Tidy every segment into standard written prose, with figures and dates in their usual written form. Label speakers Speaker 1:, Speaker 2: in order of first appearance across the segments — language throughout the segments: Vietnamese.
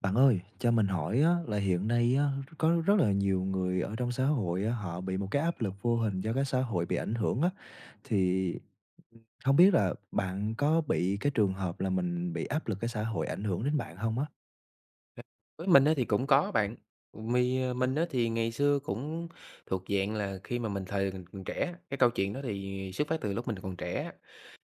Speaker 1: Bạn ơi, cho mình hỏi á, là hiện nay á, có rất là nhiều người ở trong xã hội á, họ bị một cái áp lực vô hình do cái xã hội bị ảnh hưởng á, thì không biết là bạn có bị cái trường hợp là mình bị áp lực cái xã hội ảnh hưởng đến bạn không á?
Speaker 2: Với mình á thì cũng có bạn, mi
Speaker 1: Ừm.
Speaker 2: mình á thì ngày xưa cũng thuộc dạng là khi mà mình thời còn trẻ, cái câu chuyện đó thì xuất phát từ lúc mình còn trẻ.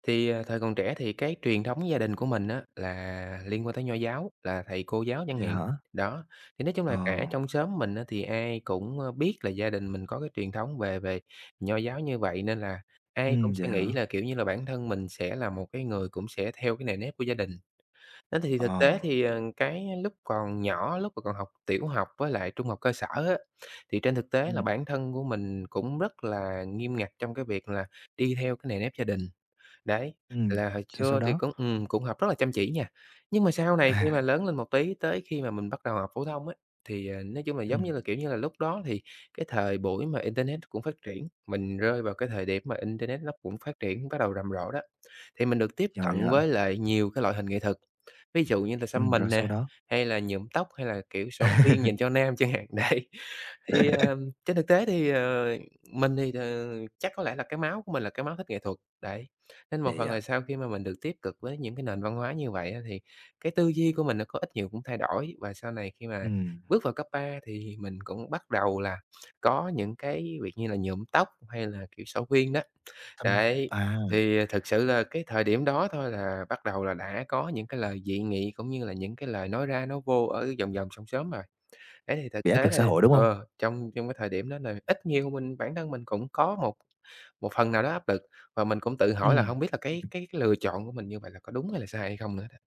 Speaker 2: Thì, thời còn trẻ thì cái truyền thống gia đình của mình á là liên quan tới Nho giáo, là thầy cô giáo chẳng
Speaker 1: Vậy
Speaker 2: hạn.
Speaker 1: hả?
Speaker 2: Đó, thì nói chung
Speaker 1: Ờ,
Speaker 2: là cả trong xóm mình á thì ai cũng, biết là gia đình mình có cái truyền thống về về Nho giáo như vậy nên là ai cũng
Speaker 1: vậy
Speaker 2: sẽ
Speaker 1: hả?
Speaker 2: nghĩ là, kiểu như là, bản thân mình sẽ là một cái người cũng sẽ theo cái nề nếp của gia đình. Đó, thì
Speaker 1: Ờ.
Speaker 2: thực tế thì, cái lúc còn nhỏ, lúc mà còn học tiểu học với lại trung học cơ sở á, thì trên thực tế là
Speaker 1: ừm,
Speaker 2: bản thân của mình cũng rất là nghiêm ngặt trong cái việc là đi theo cái nề nếp gia đình. Đấy,
Speaker 1: ừm,
Speaker 2: là hồi
Speaker 1: Rồi sau
Speaker 2: xưa thì
Speaker 1: đó?
Speaker 2: cũng cũng học rất là chăm chỉ nha. Nhưng mà sau này khi mà
Speaker 1: À,
Speaker 2: lớn lên một tí, tới khi mà mình bắt đầu học phổ thông á, thì, nói chung là, giống như
Speaker 1: ừm,
Speaker 2: là, kiểu như là, lúc đó thì cái thời buổi mà internet cũng phát triển, mình rơi vào cái thời điểm mà internet nó cũng phát triển bắt đầu rầm rộ đó thì mình được tiếp
Speaker 1: rồi
Speaker 2: cận
Speaker 1: vậy hả?
Speaker 2: với lại nhiều cái loại hình nghệ thuật. Ví dụ như là
Speaker 1: Ừ,
Speaker 2: xăm
Speaker 1: rồi
Speaker 2: mình
Speaker 1: sau
Speaker 2: nè,
Speaker 1: đó?
Speaker 2: hay là nhuộm tóc, hay là, kiểu, xỏ khuyên dành cho nam chẳng hạn, đấy. Thì, trên thực tế thì, mình thì, chắc có lẽ là cái máu của mình là cái máu thích nghệ thuật, đấy. Nên một
Speaker 1: Vậy
Speaker 2: phần
Speaker 1: à?
Speaker 2: là sau khi mà mình được tiếp cực với những cái nền văn hóa như vậy á, thì cái tư duy của mình nó có ít nhiều cũng thay đổi. Và sau này khi mà
Speaker 1: Ừm,
Speaker 2: bước vào cấp 3 thì mình cũng bắt đầu là có những cái việc như là nhuộm tóc hay là, kiểu, sổ khuyên đó.
Speaker 1: tâm
Speaker 2: Đấy,
Speaker 1: à,
Speaker 2: thì thực sự là cái thời điểm đó thôi là bắt đầu là đã có những cái lời dị nghị cũng như là những cái lời nói ra nó vô ở vòng vòng, xóm xóm rồi. Thế thì
Speaker 1: bị
Speaker 2: thực tế
Speaker 1: áp lực
Speaker 2: là
Speaker 1: xã hội, đúng không?
Speaker 2: trong trong cái thời điểm đó là ít nhiều bản thân mình cũng có một một phần nào đó áp lực, và mình cũng tự hỏi là
Speaker 1: Ừm.
Speaker 2: không biết là cái lựa chọn của mình như vậy là có đúng hay là sai hay không nữa đó.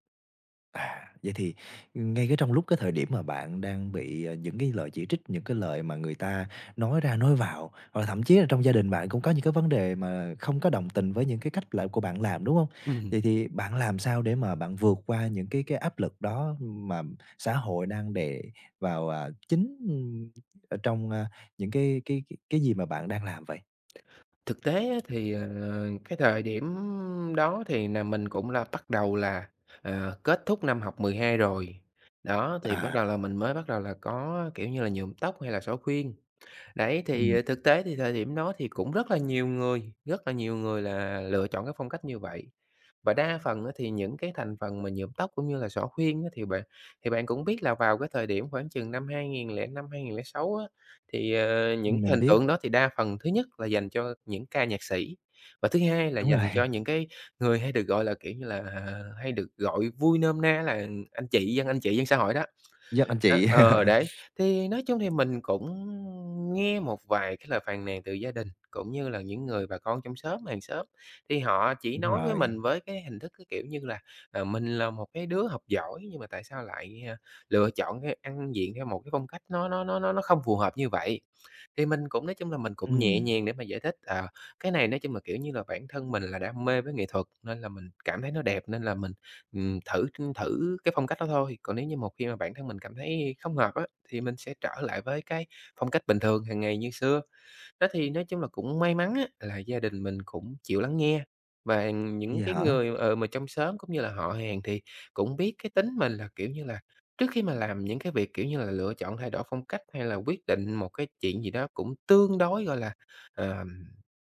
Speaker 1: À, vậy thì ngay cái trong lúc cái thời điểm mà bạn đang bị, những cái lời chỉ trích, những cái lời mà người ta nói ra nói vào, hoặc là thậm chí là trong gia đình bạn cũng có những cái vấn đề mà không có đồng tình với những cái cách làm của bạn làm, đúng không?
Speaker 2: Ừm,
Speaker 1: Vậy thì bạn làm sao để mà bạn vượt qua những cái áp lực đó mà xã hội đang đè vào, chính, ở trong, những cái gì mà bạn đang làm vậy?
Speaker 2: Thực tế á thì, cái thời điểm đó thì là mình cũng là bắt đầu là, kết thúc năm học 12 rồi, đó, thì bắt
Speaker 1: À,
Speaker 2: đầu là mình mới bắt đầu là có, kiểu như là, nhuộm tóc hay là xỏ khuyên. Đấy, thì,
Speaker 1: ừm,
Speaker 2: thực tế thì thời điểm đó thì cũng rất là nhiều người, rất là nhiều người là lựa chọn cái phong cách như vậy. Và đa phần á thì những cái thành phần mà nhuộm tóc cũng như là xõa khuyên á thì bạn cũng biết là vào cái thời điểm khoảng chừng năm 2005, 2006 á, thì, những cái
Speaker 1: mình
Speaker 2: hình
Speaker 1: biết,
Speaker 2: tượng đó thì đa phần thứ nhất là dành cho những ca nhạc sĩ, và thứ hai là
Speaker 1: đúng
Speaker 2: dành
Speaker 1: rồi.
Speaker 2: cho những cái người hay được gọi là, kiểu như là, à, hay được gọi vui nôm na là anh chị dân xã hội đó.
Speaker 1: Dân anh chị.
Speaker 2: Đấy, thì nói chung thì mình cũng nghe một vài cái lời phàn nàn từ gia đình, cũng như là những người bà con trong xóm, hàng xóm, thì họ chỉ
Speaker 1: Đúng
Speaker 2: nói với
Speaker 1: rồi,
Speaker 2: mình với cái hình thức cái kiểu như là, mình là một cái đứa học giỏi nhưng mà tại sao lại, à, lựa chọn cái ăn diện theo một cái phong cách nó không phù hợp như vậy. Thì mình cũng nói chung là mình cũng nhẹ
Speaker 1: ừm,
Speaker 2: nhàng để mà giải thích, à, cái này nói chung là, kiểu như là, bản thân mình là đam mê với nghệ thuật nên là mình cảm thấy nó đẹp nên là mình, thử thử cái phong cách đó thôi. Còn nếu như một khi mà bản thân mình cảm thấy không hợp á, thì mình sẽ trở lại với cái phong cách bình thường hàng ngày như xưa. Đó thì nói chung là cũng may mắn á, là gia đình mình cũng chịu lắng nghe và những
Speaker 1: vậy
Speaker 2: cái
Speaker 1: hả?
Speaker 2: người, mà trong xóm cũng như là họ hàng thì cũng biết cái tính mình là, kiểu như là, trước khi mà làm những cái việc, kiểu như là, lựa chọn thay đổi phong cách hay là quyết định một cái chuyện gì đó cũng tương đối, ờm,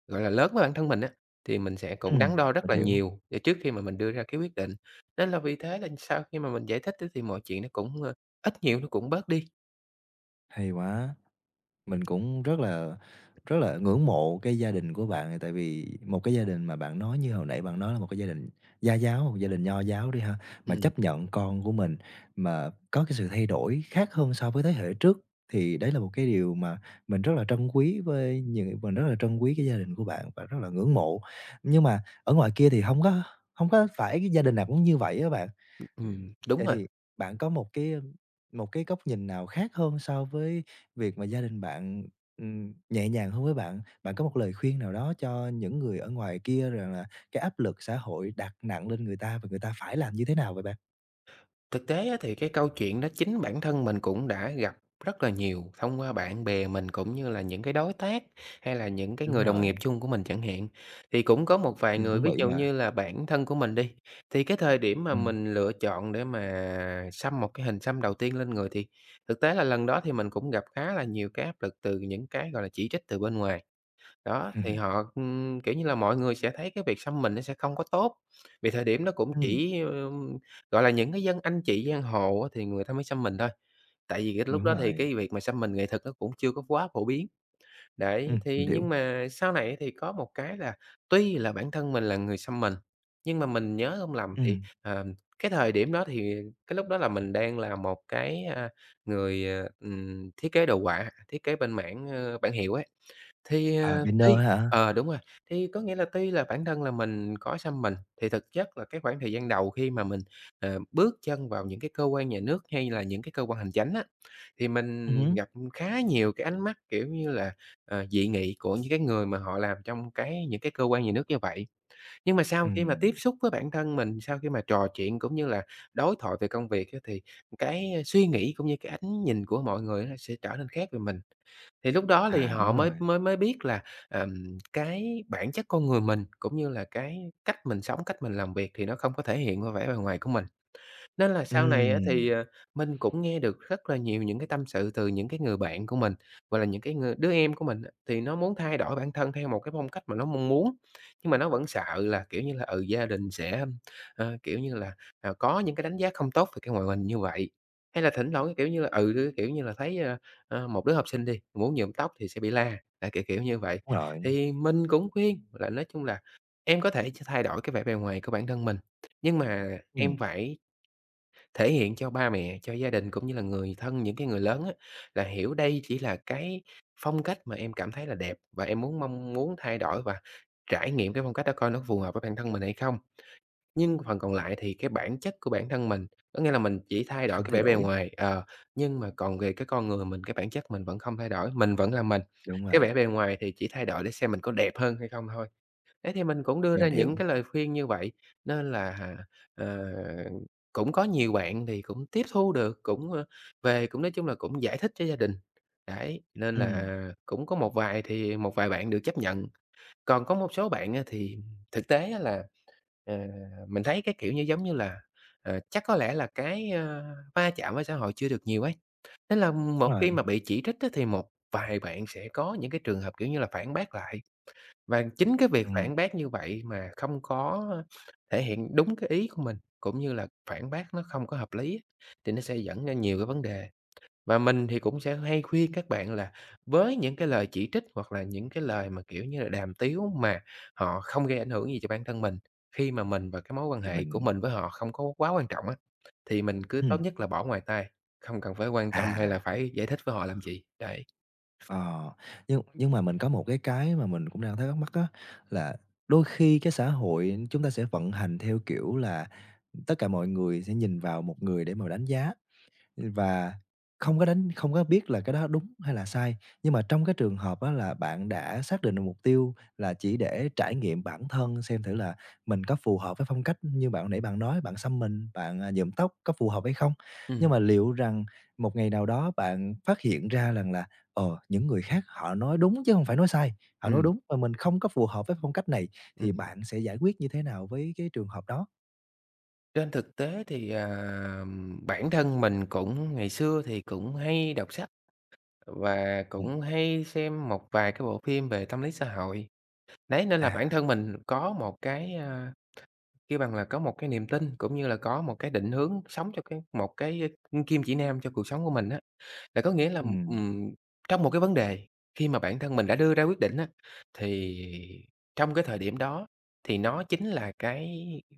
Speaker 2: gọi là, lớn với bản thân mình á, thì mình sẽ cũng
Speaker 1: Ừm,
Speaker 2: đắn đo
Speaker 1: mình
Speaker 2: rất là
Speaker 1: hiểu.
Speaker 2: nhiều để trước khi mà mình đưa ra cái quyết định. Nên là vì thế là sau khi mà mình giải thích á thì mọi chuyện nó cũng, ít nhiều nó cũng bớt đi.
Speaker 1: Hay quá. Mình cũng rất là ngưỡng mộ cái gia đình của bạn, tại vì một cái gia đình mà bạn nói như hồi nãy bạn nói là một cái gia đình gia giáo, một gia đình nho giáo đi ha, mà
Speaker 2: Ừm,
Speaker 1: chấp nhận con của mình mà có cái sự thay đổi khác hơn so với thế hệ trước, thì đấy là một cái điều mà mình rất là trân quý cái gia đình của bạn và rất là ngưỡng mộ. Nhưng mà ở ngoài kia thì không có phải cái gia đình nào cũng như vậy á bạn. Ừm,
Speaker 2: đúng
Speaker 1: thế
Speaker 2: rồi.
Speaker 1: thì bạn có một cái góc nhìn nào khác hơn so với việc mà gia đình bạn, nhẹ nhàng hơn với bạn? Bạn có một lời khuyên nào đó cho những người ở ngoài kia rằng là cái áp lực xã hội đặt nặng lên người ta và người ta phải làm như thế nào vậy bạn?
Speaker 2: Thực tế á thì cái câu chuyện đó chính bản thân mình cũng đã gặp rất là nhiều thông qua bạn bè mình, cũng như là những cái đối tác hay là những cái
Speaker 1: Đúng
Speaker 2: người đồng nghiệp
Speaker 1: rồi,
Speaker 2: chung của mình chẳng hạn. Thì cũng có một vài
Speaker 1: mình
Speaker 2: người,
Speaker 1: cũng
Speaker 2: ví
Speaker 1: bị
Speaker 2: dụ
Speaker 1: mà.
Speaker 2: như là bản thân của mình đi, thì cái thời điểm mà
Speaker 1: Ừm.
Speaker 2: mình lựa chọn để mà xăm một cái hình xăm đầu tiên lên người thì thực tế là lần đó thì mình cũng gặp khá là nhiều cái áp lực từ những cái, gọi là, chỉ trích từ bên ngoài. Đó, thì
Speaker 1: Ừm.
Speaker 2: họ, kiểu như là, mọi người sẽ thấy cái việc xăm mình nó sẽ không có tốt, vì thời điểm đó cũng chỉ, gọi là, những cái dân anh chị giang hồ á thì người ta mới xăm mình thôi, tại vì cái lúc
Speaker 1: Đúng
Speaker 2: đó thì
Speaker 1: rồi.
Speaker 2: cái việc mà xăm mình nghệ thuật nó cũng chưa có quá phổ biến. Đấy,
Speaker 1: Ừm, mình
Speaker 2: thì
Speaker 1: hiểu.
Speaker 2: nhưng mà sau này thì có một cái là tuy là bản thân mình là người xăm mình, nhưng mà mình nhớ hông lầm thì,
Speaker 1: Ừm,
Speaker 2: cái thời điểm đó thì cái lúc đó là mình đang là một cái, người, thiết kế đồ họa, thiết kế bên mảng, bảng hiệu ấy. Thì,
Speaker 1: beginner
Speaker 2: tuy
Speaker 1: hả?
Speaker 2: đúng rồi, thì có nghĩa là tuy là bản thân là mình có xăm mình, thì thực chất là cái khoảng thời gian đầu khi mà mình, bước chân vào những cái cơ quan nhà nước hay là những cái cơ quan hành chánh á, thì mình
Speaker 1: Hứm.
Speaker 2: gặp khá nhiều cái ánh mắt, kiểu như là, dị nghị của những cái người mà họ làm trong cái những cái cơ quan nhà nước như vậy. Nhưng mà sau khi mà tiếp
Speaker 1: Ừm,
Speaker 2: xúc với bản thân mình, sau khi mà trò chuyện cũng như là đối thoại về công việc á, thì cái suy nghĩ cũng như cái ánh nhìn của mọi người á, sẽ trở nên khác về mình. Thì lúc đó thì
Speaker 1: đúng
Speaker 2: họ mới
Speaker 1: rồi.
Speaker 2: mới mới biết là, cái bản chất con người mình, cũng như là cái cách mình sống, cách mình làm việc thì nó không có thể hiện qua vẻ bề ngoài của mình. Nên là sau này á
Speaker 1: Ừm,
Speaker 2: thì, mình cũng nghe được rất là nhiều những cái tâm sự từ những cái người bạn của mình, gọi là, những cái đứa em của mình á, thì nó muốn thay đổi bản thân theo một cái phong cách mà nó mong muốn, nhưng mà nó vẫn sợ là, kiểu như là, ừ, gia đình sẽ, kiểu như là, có những cái đánh giá không tốt về cái ngoại hình như vậy. Hay là thỉnh thoảng, cái kiểu như là, ừ, kiểu như là, thấy, một đứa học sinh đi, muốn nhuộm tóc thì sẽ bị la, à, kiểu kiểu như vậy.
Speaker 1: đúng rồi.
Speaker 2: Thì mình cũng khuyên là nói chung là em có thể thay đổi cái vẻ bề ngoài của bản thân mình, nhưng mà em
Speaker 1: Ừm,
Speaker 2: phải thể hiện cho ba mẹ, cho gia đình cũng như là người thân, những cái người lớn á, là hiểu đây chỉ là cái phong cách mà em cảm thấy là đẹp và em mong muốn thay đổi và trải nghiệm cái phong cách đó coi nó phù hợp với bản thân mình hay không. Nhưng phần còn lại thì cái bản chất của bản thân mình, có nghĩa là mình chỉ thay
Speaker 1: mình
Speaker 2: đổi
Speaker 1: không
Speaker 2: cái
Speaker 1: thay
Speaker 2: vẻ bề
Speaker 1: đổi.
Speaker 2: ngoài, nhưng mà còn về cái con người mình, cái bản chất mình vẫn không thay đổi, mình vẫn là mình.
Speaker 1: Đúng
Speaker 2: Cái
Speaker 1: rồi.
Speaker 2: vẻ bề ngoài thì chỉ thay đổi để xem mình có đẹp hơn hay không thôi. Thế thì mình cũng đưa ra
Speaker 1: Mình hiểu.
Speaker 2: những cái lời khuyên như vậy, nên là, ờ, cũng có nhiều bạn thì cũng tiếp thu được, về cũng nói chung là cũng giải thích cho gia đình. Đấy, nên
Speaker 1: Ừm,
Speaker 2: là cũng có một vài bạn được chấp nhận, còn có một số bạn á thì thực tế á là, ờ, mình thấy, cái kiểu như, giống như là, chắc có lẽ là va chạm với xã hội chưa được nhiều ấy, nên là một
Speaker 1: đúng
Speaker 2: khi
Speaker 1: rồi.
Speaker 2: mà bị chỉ trích á thì một vài bạn sẽ có những cái trường hợp, kiểu như là, phản bác lại. Và chính cái việc
Speaker 1: Ừm.
Speaker 2: phản bác như vậy mà không có thể hiện đúng cái ý của mình, cũng như là phản bác nó không có hợp lý á, thì nó sẽ dẫn ra nhiều cái vấn đề. Và mình thì cũng sẽ hay khuyên các bạn là với những cái lời chỉ trích hoặc là những cái lời mà, kiểu như là, đàm tiếu mà họ không gây ảnh hưởng gì cho bản thân mình, khi mà mình và cái mối quan
Speaker 1: thì
Speaker 2: hệ
Speaker 1: mình
Speaker 2: của mình với họ không có quá quan trọng á, thì mình cứ
Speaker 1: ừm,
Speaker 2: tốt nhất là bỏ ngoài tai, không cần phải quan tâm hay là
Speaker 1: à,
Speaker 2: phải giải thích với họ làm gì. Đấy,
Speaker 1: ờ, nhưng mà mình có một cái mà mình cũng đang thấy thắc mắc á, là đôi khi cái xã hội chúng ta sẽ vận hành theo kiểu là tất cả mọi người sẽ nhìn vào một người để mà đánh giá. Và không có đánh không có biết là cái đó đúng hay là sai, nhưng mà trong cái trường hợp á là bạn đã xác định được mục tiêu là chỉ để trải nghiệm bản thân xem thử là mình có phù hợp với phong cách như bạn nãy bạn nói, bạn xăm mình, bạn, nhuộm tóc có phù hợp hay không? Nhưng
Speaker 2: ừm,
Speaker 1: mà liệu rằng một ngày nào đó bạn phát hiện ra rằng là, những người khác họ nói đúng chứ không phải nói sai, họ nói
Speaker 2: ừm,
Speaker 1: đúng mà mình không có phù hợp với phong cách này, thì
Speaker 2: ừm.
Speaker 1: bạn sẽ giải quyết như thế nào với cái trường hợp đó?
Speaker 2: Trên thực tế thì, bản thân mình cũng ngày xưa thì cũng hay đọc sách và
Speaker 1: Ừm,
Speaker 2: cũng hay xem một vài cái bộ phim về tâm lý xã hội. Đấy, nên là bản
Speaker 1: à,
Speaker 2: thân mình có một cái, kêu bằng là, có một cái niềm tin cũng như là có một cái định hướng sống cho một cái, kim chỉ nam cho cuộc sống của mình á. Là có nghĩa là,
Speaker 1: ừm,
Speaker 2: trong một cái vấn đề khi mà bản thân mình đã đưa ra quyết định á, thì trong cái thời điểm đó thì nó chính là cái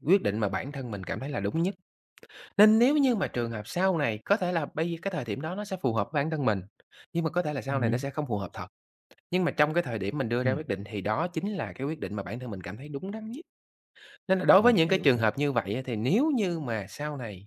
Speaker 2: quyết định mà bản thân mình cảm thấy là đúng nhất. Nên nếu như mà trường hợp sau này có thể là cái thời điểm đó nó sẽ phù hợp với bản thân mình, nhưng mà có thể là sau này nó
Speaker 1: ừm,
Speaker 2: sẽ không phù hợp thật. Nhưng mà trong cái thời điểm mình đưa ra
Speaker 1: ừm,
Speaker 2: quyết định thì đó chính là cái quyết định mà bản thân mình cảm thấy đúng đắn nhất. Nên là đối với
Speaker 1: mình
Speaker 2: những cái
Speaker 1: hiểu.
Speaker 2: trường hợp như vậy á, thì nếu như mà sau này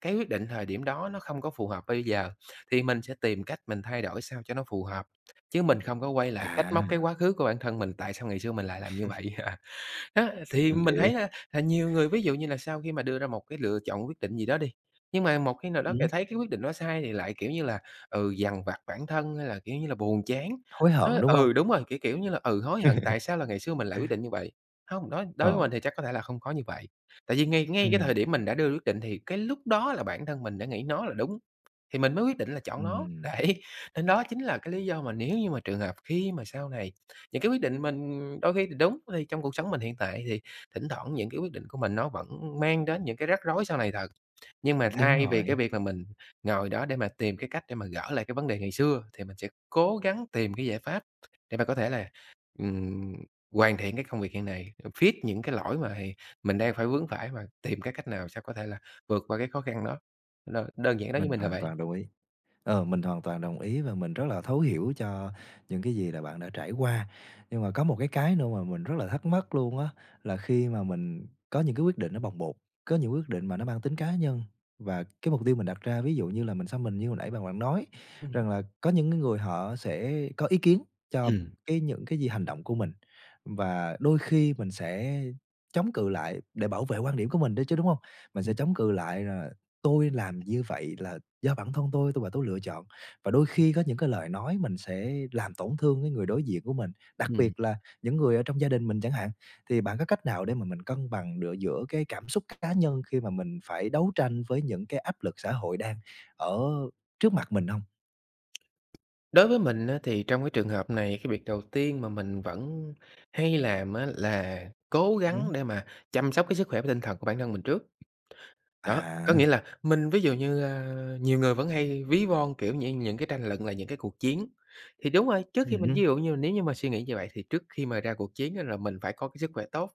Speaker 2: cái quyết định thời điểm đó nó không có phù hợp bây giờ, thì mình sẽ tìm cách mình thay đổi sao cho nó phù hợp, chứ mình không có quay lại trách móc cái
Speaker 1: À,
Speaker 2: quá khứ của bản thân mình, tại sao ngày xưa mình lại làm như vậy. Đó, thì
Speaker 1: mình
Speaker 2: mình
Speaker 1: hiểu.
Speaker 2: thấy là nhiều người ví dụ như là sau khi mà đưa ra một cái lựa chọn quyết định gì đó đi, nhưng mà một khi nào đó lại
Speaker 1: ừm,
Speaker 2: thấy cái quyết định đó sai thì lại, kiểu như là, dằn vặt bản thân hay là, kiểu như là, buồn chán.
Speaker 1: Hối hận, đúng hông?
Speaker 2: Đúng rồi, kiểu như là, hối hận tại sao là ngày xưa mình lại quyết định như vậy. Không, đối đối với
Speaker 1: Ờ,
Speaker 2: mình thì chắc có thể là không có như vậy, tại vì ngay ngay cái thời
Speaker 1: ừm,
Speaker 2: điểm mình đã đưa quyết định thì cái lúc đó là bản thân mình đã nghĩ nó là đúng, thì mình mới quyết định là chọn nó,
Speaker 1: ừm,
Speaker 2: đấy. Nên đó chính là cái lý do mà nếu như mà trường hợp khi mà sau này những cái quyết định mình đôi khi thì đúng, thì trong cuộc sống mình hiện tại thì thỉnh thoảng những cái quyết định của mình nó vẫn mang đến những cái rắc rối sau này thật. Nhưng mà
Speaker 1: đúng
Speaker 2: thay vì cái
Speaker 1: rồi,
Speaker 2: việc mà mình ngồi đó để mà tìm cái cách để mà gỡ lại cái vấn đề ngày xưa, thì mình sẽ cố gắng tìm cái giải pháp để mà có thể là, ừm, hoàn thiện cái công việc hiện nay, fix những cái lỗi mà thì mình đang phải vướng phải mà tìm cái cách nào sao có thể là vượt qua cái khó khăn đó. Đơn giản đó với
Speaker 1: mình
Speaker 2: mình là
Speaker 1: hoàn
Speaker 2: vậy.
Speaker 1: toàn đồng ý. Ờ, mình hoàn toàn đồng ý và mình rất là thấu hiểu cho những cái gì là bạn đã trải qua. Nhưng mà có một cái nữa mà mình rất là thắc mắc luôn á, là khi mà mình có những cái quyết định nó bồng bột, có những quyết định mà nó mang tính cá nhân và cái mục tiêu mình đặt ra, ví dụ như là mình xăm mình như hồi nãy bạn bạn nói,
Speaker 2: Ừm.
Speaker 1: rằng là có những cái người họ sẽ có ý kiến cho
Speaker 2: Ừm,
Speaker 1: cái những cái gì hành động của mình. Và đôi khi mình sẽ chống cự lại để bảo vệ quan điểm của mình đấy chứ, đúng không? Mình sẽ
Speaker 2: ừm.
Speaker 1: chống cự lại là "Tôi làm như vậy là do bản thân tôi và tôi lựa chọn." Và đôi khi có những cái lời nói mình sẽ làm tổn thương cái người đối diện của mình, đặc biệt là những người ở trong gia đình mình chẳng hạn. Thì bạn có cách nào để mà mình cân bằng được giữa cái cảm xúc cá nhân khi mà mình phải đấu tranh với những cái áp lực xã hội đang ở trước mặt mình không?
Speaker 2: Đối với mình á, thì trong cái trường hợp này, cái việc đầu tiên mà mình vẫn hay làm á, là cố
Speaker 1: Ừm.
Speaker 2: gắng để mà chăm sóc cái sức khỏe và tinh thần của bản thân mình trước. Đó, có nghĩa
Speaker 1: À,
Speaker 2: là mình ví dụ như, nhiều người vẫn hay ví von, kiểu, những cái tranh luận là những cái cuộc chiến. Thì đúng rồi, trước khi mình
Speaker 1: ừm
Speaker 2: ví dụ như nếu như mà suy nghĩ như vậy thì trước khi mà ra cuộc chiến á là mình phải có cái sức khỏe tốt,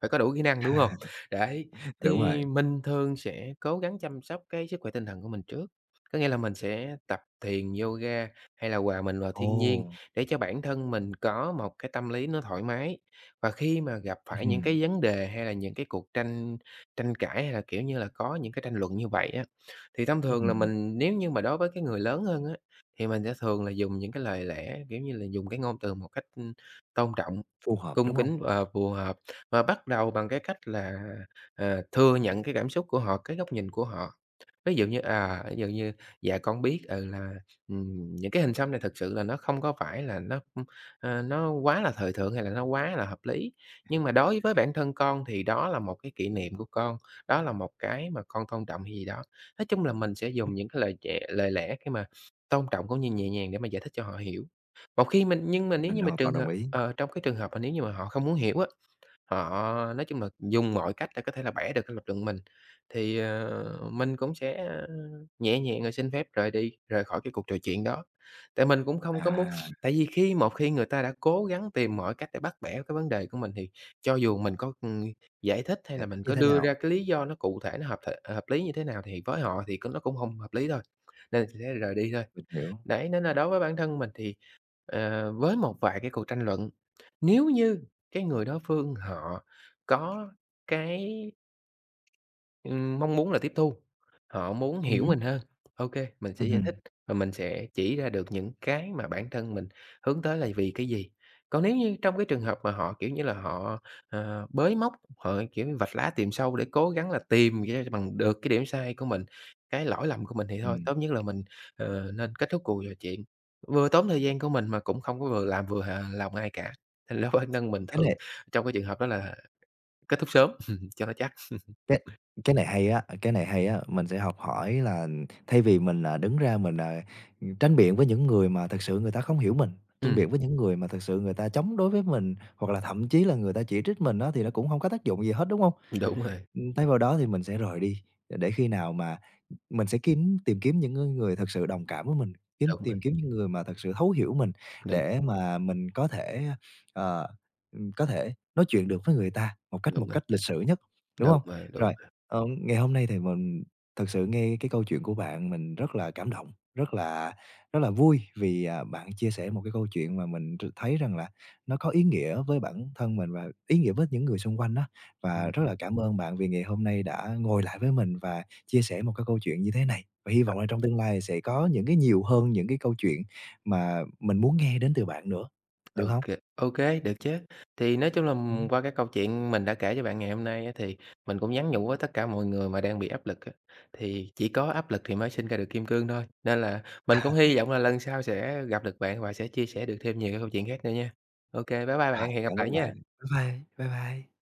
Speaker 2: phải có đủ kỹ năng, đúng hông? Đấy,
Speaker 1: Đúng rồi.
Speaker 2: thì mình thường sẽ cố gắng chăm sóc cái sức khỏe tinh thần của mình trước, có nghĩa là mình sẽ tập thiền, yoga hay là hòa mình vào thiên
Speaker 1: Ồ!
Speaker 2: nhiên để cho bản thân mình có một cái tâm lý nó thoải mái. Và khi mà gặp phải những
Speaker 1: Ừm,
Speaker 2: cái vấn đề hay là những cái cuộc tranh Tranh cãi hay là, kiểu như là, có những cái tranh luận như vậy á, thì thông thường là
Speaker 1: ừm,
Speaker 2: mình nếu như mà đối với cái người lớn hơn á, thì mình sẽ thường là dùng những cái lời lẽ, kiểu như là, dùng cái ngôn từ một cách, tôn trọng.
Speaker 1: phù hợp,
Speaker 2: Cung
Speaker 1: đúng không?
Speaker 2: kính và phù hợp và bắt đầu bằng cái cách là, thừa nhận cái cảm xúc của họ, cái góc nhìn của họ. Ví dụ như "Dạ, con biết, là, những cái hình xăm này thực sự là nó không có phải là nó quá là thời thượng hay là nó quá là hợp lý. Nhưng mà đối với bản thân con thì đó là một cái kỷ niệm của con, đó là một cái mà con tôn trọng" hay gì đó. Nói chung là mình sẽ
Speaker 1: Ừm,
Speaker 2: dùng những cái lời lẽ khi mà tôn trọng cũng như nhẹ nhàng để mà giải thích cho họ hiểu. Một khi mình Nhưng mà nếu
Speaker 1: mình
Speaker 2: như mà
Speaker 1: hoàn toàn đồng ý.
Speaker 2: trong cái trường hợp mà nếu như mà họ không muốn hiểu á, họ nói chung là dùng mọi cách để có thể là bẻ được cái lập luận mình, thì, mình cũng sẽ nhẹ nhàng rồi xin phép rời đi, rời khỏi cái cuộc trò chuyện đó. Tại mình cũng không có muốn
Speaker 1: À,
Speaker 2: tại vì khi một khi người ta đã cố gắng tìm mọi cách để bắt bẻ cái vấn đề của mình thì cho dù mình có, giải thích hay
Speaker 1: giải
Speaker 2: là
Speaker 1: thích
Speaker 2: mình
Speaker 1: như
Speaker 2: có
Speaker 1: thế
Speaker 2: đưa
Speaker 1: nào?
Speaker 2: ra cái lý do nó cụ thể, nó hợp lý như thế nào thì với họ thì nó cũng không hợp lý thôi, nên là sẽ rời đi thôi.
Speaker 1: Mình hiểu.
Speaker 2: Đấy, nên là đối với bản thân mình thì, với một vài cái cuộc tranh luận, nếu như cái người đối phương họ có cái mong muốn là tiếp thu, họ muốn
Speaker 1: Ừ
Speaker 2: hiểu
Speaker 1: hứm.
Speaker 2: mình hơn. OK, mình sẽ giải
Speaker 1: ừm
Speaker 2: thích và mình sẽ chỉ ra được những cái mà bản thân mình hướng tới là vì cái gì. Còn nếu như trong cái trường hợp mà họ, kiểu như là, họ, bới móc, họ, kiểu như, vạch lá tìm sâu để cố gắng là tìm ra bằng được cái điểm sai của mình, cái lỗi lầm của mình thì thôi, tốt nhất là mình, nên kết thúc cuộc trò chuyện. Vừa tốn thời gian của mình mà cũng không có vừa làm vừa hà lòng ai cả, thành ra bản thân mình
Speaker 1: Cái
Speaker 2: thường
Speaker 1: này
Speaker 2: trong cái trường hợp đó là kết thúc sớm cho nó chắc.
Speaker 1: Cái cái này hay á, cái này hay á, mình sẽ học hỏi là thay vì mình, đứng ra mình, tranh biện với những người mà thực sự người ta không hiểu mình, tranh
Speaker 2: Ừm,
Speaker 1: biện với những người mà thực sự người ta chống đối với mình, hoặc là thậm chí là người ta chỉ trích mình á, thì nó cũng hông có tác dụng gì hết, đúng hông?
Speaker 2: đúng rồi.
Speaker 1: Thay vào đó thì mình sẽ rời đi, để khi nào mà mình sẽ tìm kiếm những cái người thực sự đồng cảm với mình,
Speaker 2: Đúng rồi,
Speaker 1: tìm kiếm những người mà thật sự thấu hiểu mình
Speaker 2: đúng,
Speaker 1: để mà mình có thể, ờ, có thể nói chuyện được với người ta một cách một
Speaker 2: đúng rồi,
Speaker 1: cách lịch sự nhất, đúng
Speaker 2: đúng
Speaker 1: không?
Speaker 2: rồi, đúng
Speaker 1: Rồi,
Speaker 2: rồi.
Speaker 1: ngày hôm nay thì mình thật sự nghe cái câu chuyện của bạn mình rất là cảm động, rất là vui vì, bạn chia sẻ một cái câu chuyện mà mình thấy rằng là nó có ý nghĩa với bản thân mình và ý nghĩa với những người xung quanh đó. Và
Speaker 2: Ừm,
Speaker 1: rất là cảm ơn bạn vì ngày hôm nay đã ngồi lại với mình và chia sẻ một cái câu chuyện như thế này và hy vọng là trong tương lai sẽ có những cái nhiều hơn những cái câu chuyện mà mình muốn nghe đến từ bạn nữa, được không?
Speaker 2: ô kê, được chứ. Thì nói chung là,
Speaker 1: Ừm.
Speaker 2: qua cái câu chuyện mình đã kể cho bạn ngày hôm nay á, thì mình cũng nhắn nhủ với tất cả mọi người mà đang bị áp lực á, thì chỉ có áp lực thì mới sinh ra được kim cương thôi. Nên là mình cũng hy vọng là lần sau sẽ gặp được bạn và sẽ chia sẻ được thêm nhiều cái câu chuyện khác nữa nha. Ô kê, bye bye
Speaker 1: Rồi,
Speaker 2: bạn, hẹn gặp
Speaker 1: cảm
Speaker 2: lại
Speaker 1: ơn bạn.
Speaker 2: nha.
Speaker 1: Bye bye, bye bye.